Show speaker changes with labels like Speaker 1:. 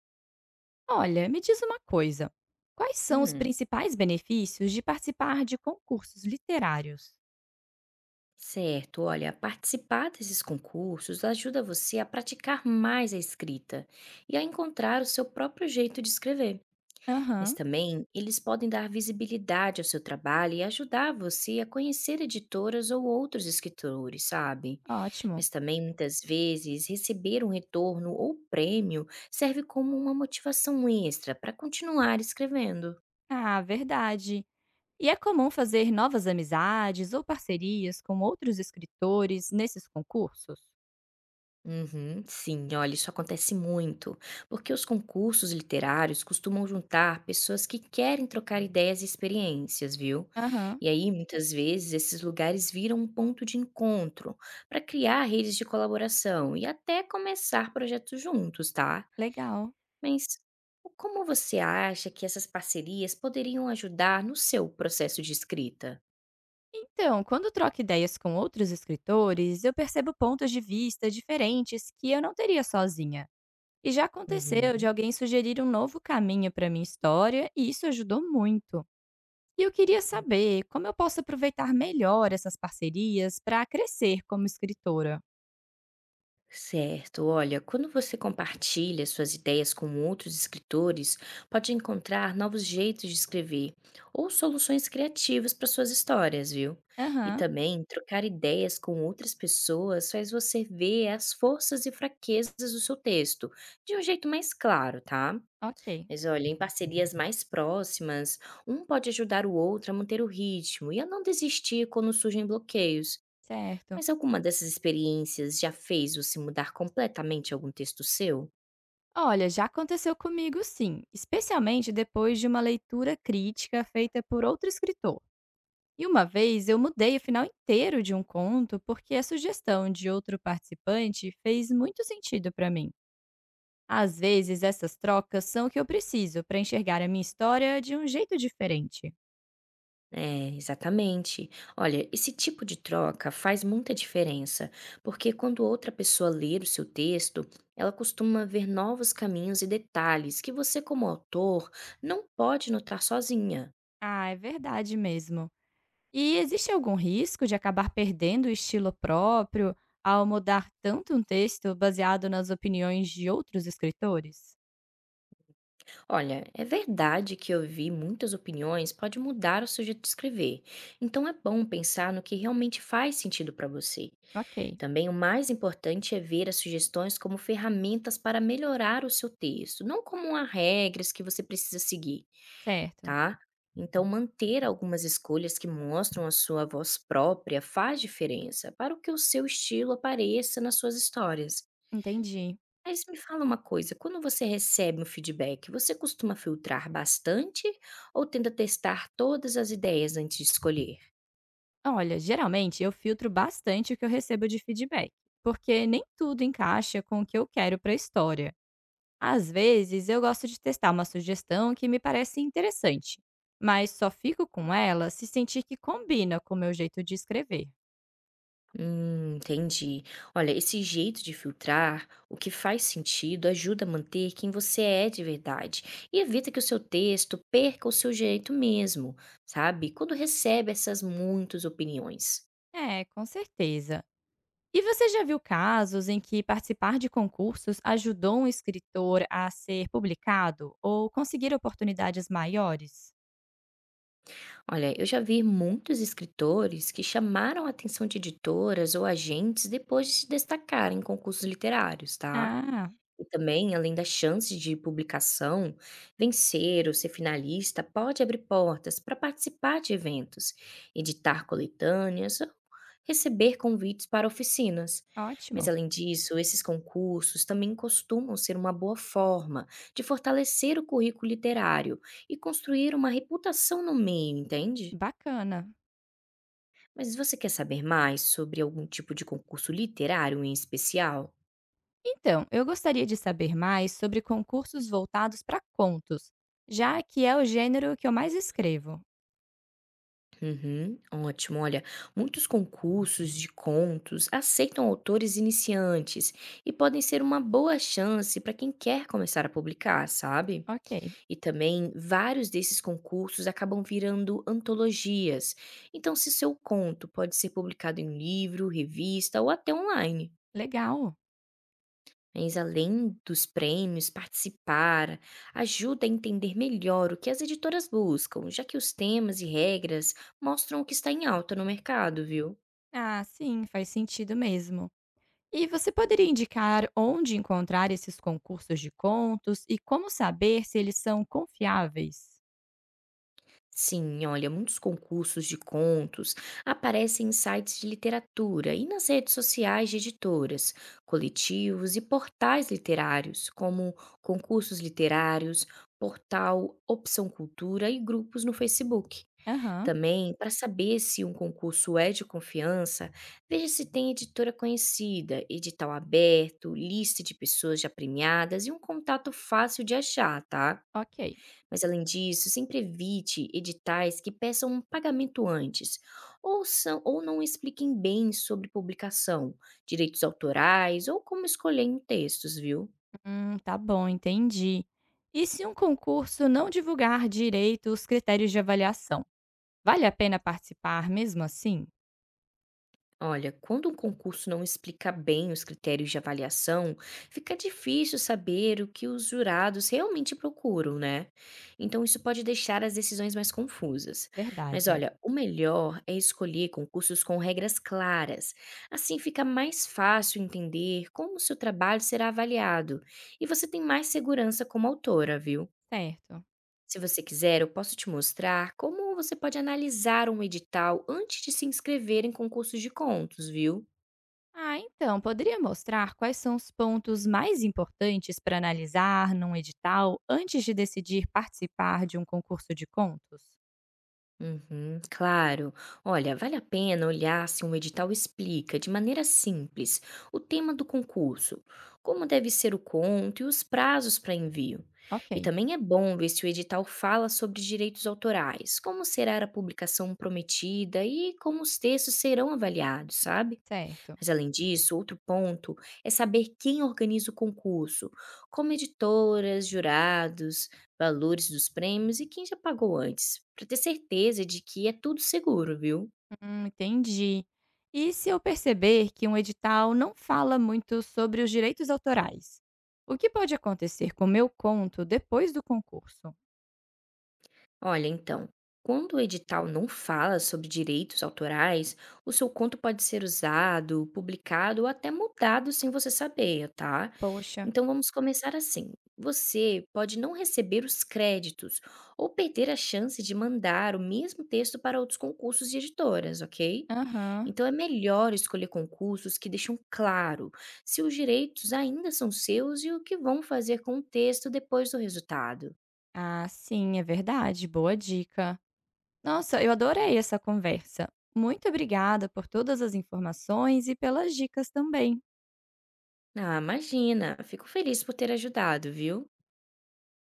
Speaker 1: Olha, me diz uma coisa. Quais são os
Speaker 2: Hum,
Speaker 1: principais benefícios de participar de concursos literários?
Speaker 2: Certo. Olha, participar desses concursos ajuda você a praticar mais a escrita e a encontrar o seu próprio jeito de escrever. Mas
Speaker 1: Aham,
Speaker 2: também eles podem dar visibilidade ao seu trabalho e ajudar você a conhecer editoras ou outros escritores, sabe?
Speaker 1: ótimo.
Speaker 2: Mas também muitas vezes receber um retorno ou prêmio serve como uma motivação extra para continuar escrevendo.
Speaker 1: Ah, verdade. E é comum fazer novas amizades ou parcerias com outros escritores nesses concursos?
Speaker 2: Uhum, sim, olha, isso acontece muito, porque os concursos literários costumam juntar pessoas que querem trocar ideias e experiências, viu?
Speaker 1: Aham,
Speaker 2: E aí, muitas vezes, esses lugares viram um ponto de encontro para criar redes de colaboração e até começar projetos juntos, tá?
Speaker 1: legal.
Speaker 2: Mas como você acha que essas parcerias poderiam ajudar no seu processo de escrita?
Speaker 1: Então, quando troco ideias com outros escritores, eu percebo pontos de vista diferentes que eu não teria sozinha. E já aconteceu de
Speaker 2: Uhum.
Speaker 1: alguém sugerir um novo caminho para minha história, e isso ajudou muito. E eu queria saber como eu posso aproveitar melhor essas parcerias para crescer como escritora.
Speaker 2: Certo, olha, quando você compartilha suas ideias com outros escritores, pode encontrar novos jeitos de escrever ou soluções criativas para suas histórias, viu? E
Speaker 1: Aham,
Speaker 2: também trocar ideias com outras pessoas faz você ver as forças e fraquezas do seu texto de um jeito mais claro, tá?
Speaker 1: ok,
Speaker 2: Mas olha, em parcerias mais próximas, um pode ajudar o outro a manter o ritmo e a não desistir quando surgem bloqueios.
Speaker 1: certo.
Speaker 2: Mas alguma dessas experiências já fez você mudar completamente algum texto seu?
Speaker 1: Olha, já aconteceu comigo sim, especialmente depois de uma leitura crítica feita por outro escritor. E uma vez eu mudei o final inteiro de um conto porque a sugestão de outro participante fez muito sentido para mim. Às vezes essas trocas são o que eu preciso para enxergar a minha história de um jeito diferente.
Speaker 2: É, exatamente. Olha, esse tipo de troca faz muita diferença, porque quando outra pessoa ler o seu texto, ela costuma ver novos caminhos e detalhes que você, como autor, não pode notar sozinha.
Speaker 1: Ah, é verdade mesmo. E existe algum risco de acabar perdendo o estilo próprio ao mudar tanto um texto baseado nas opiniões de outros escritores?
Speaker 2: Olha, é verdade que ouvir muitas opiniões pode mudar o seu jeito de escrever, então é bom pensar no que realmente faz sentido para você.
Speaker 1: Ok,
Speaker 2: Também o mais importante é ver as sugestões como ferramentas para melhorar o seu texto, não como há regras que você precisa seguir,
Speaker 1: certo.
Speaker 2: tá? Então, manter algumas escolhas que mostram a sua voz própria faz diferença para o que o seu estilo apareça nas suas histórias.
Speaker 1: Entendi.
Speaker 2: Mas me fala uma coisa, quando você recebe um feedback, você costuma filtrar bastante ou tenta testar todas as ideias antes de escolher?
Speaker 1: Olha, geralmente eu filtro bastante o que eu recebo de feedback, porque nem tudo encaixa com o que eu quero para a história. Às vezes eu gosto de testar uma sugestão que me parece interessante, mas só fico com ela se sentir que combina com o meu jeito de escrever.
Speaker 2: Entendi. Olha, esse jeito de filtrar o que faz sentido ajuda a manter quem você é de verdade e evita que o seu texto perca o seu jeito mesmo, sabe? Quando recebe essas muitas opiniões.
Speaker 1: É, com certeza. E você já viu casos em que participar de concursos ajudou um escritor a ser publicado ou conseguir oportunidades maiores?
Speaker 2: Olha, eu já vi muitos escritores que chamaram a atenção de editoras ou agentes depois de se destacarem em concursos literários, tá?
Speaker 1: Ah,
Speaker 2: E também, além das chances de publicação, vencer ou ser finalista pode abrir portas para participar de eventos, editar coletâneas ou receber convites para oficinas. Mas,
Speaker 1: ótimo.
Speaker 2: além disso, esses concursos também costumam ser uma boa forma de fortalecer o currículo literário e construir uma reputação no meio, entende?
Speaker 1: Bacana.
Speaker 2: Mas você quer saber mais sobre algum tipo de concurso literário em especial?
Speaker 1: Então, eu gostaria de saber mais sobre concursos voltados para contos, já que é o gênero que eu mais escrevo.
Speaker 2: Uhum, ótimo. Olha, muitos concursos de contos aceitam autores iniciantes e podem ser uma boa chance para quem quer começar a publicar, sabe?
Speaker 1: Ok,
Speaker 2: E também vários desses concursos acabam virando antologias. Então, se seu conto pode ser publicado em livro, revista ou até online.
Speaker 1: legal.
Speaker 2: Mas além dos prêmios, participar ajuda a entender melhor o que as editoras buscam, já que os temas e regras mostram o que está em alta no mercado, viu?
Speaker 1: Ah, sim, faz sentido mesmo. E você poderia indicar onde encontrar esses concursos de contos e como saber se eles são confiáveis?
Speaker 2: Sim, olha, muitos concursos de contos aparecem em sites de literatura e nas redes sociais de editoras, coletivos e portais literários, como concursos literários, portal Opção Cultura e grupos no Facebook.
Speaker 1: Aham,
Speaker 2: Também, para saber se um concurso é de confiança, veja se tem editora conhecida, edital aberto, lista de pessoas já premiadas e um contato fácil de achar, tá?
Speaker 1: ok.
Speaker 2: Mas além disso, sempre evite editais que peçam um pagamento antes ou não expliquem bem sobre publicação, direitos autorais ou como escolher em textos, viu?
Speaker 1: Tá bom, entendi. E se um concurso não divulgar direito os critérios de avaliação, vale a pena participar mesmo assim?
Speaker 2: Olha, quando um concurso não explica bem os critérios de avaliação, fica difícil saber o que os jurados realmente procuram, né? Então, isso pode deixar as decisões mais confusas. Mas
Speaker 1: Verdade,
Speaker 2: olha, o melhor é escolher concursos com regras claras. Assim fica mais fácil entender como o seu trabalho será avaliado e você tem mais segurança como autora, viu?
Speaker 1: certo.
Speaker 2: Se você quiser, eu posso te mostrar como você pode analisar um edital antes de se inscrever em concursos de contos, viu?
Speaker 1: Ah, então, poderia mostrar quais são os pontos mais importantes para analisar num edital antes de decidir participar de um concurso de contos?
Speaker 2: Uhum, claro. Olha, vale a pena olhar se um edital explica, de maneira simples, o tema do concurso, como deve ser o conto e os prazos para envio.
Speaker 1: Ok,
Speaker 2: E também é bom ver se o edital fala sobre direitos autorais, como será a publicação prometida e como os textos serão avaliados, sabe?
Speaker 1: certo.
Speaker 2: Mas além disso, outro ponto é saber quem organiza o concurso, como editoras, jurados, valores dos prêmios e quem já pagou antes, para ter certeza de que é tudo seguro, viu?
Speaker 1: Entendi. E se eu perceber que um edital não fala muito sobre os direitos autorais? O que pode acontecer com o meu conto depois do concurso?
Speaker 2: Olha, então, quando o edital não fala sobre direitos autorais, o seu conto pode ser usado, publicado ou até mudado sem você saber, tá?
Speaker 1: Poxa,
Speaker 2: Então vamos começar assim. Você pode não receber os créditos ou perder a chance de mandar o mesmo texto para outros concursos e editoras, ok?
Speaker 1: aham.
Speaker 2: Então é melhor escolher concursos que deixam claro se os direitos ainda são seus e o que vão fazer com o texto depois do resultado.
Speaker 1: Ah, sim, é verdade. Boa dica. Nossa, eu adorei essa conversa. Muito obrigada por todas as informações e pelas dicas também.
Speaker 2: Ah, imagina. Fico feliz por ter ajudado, viu?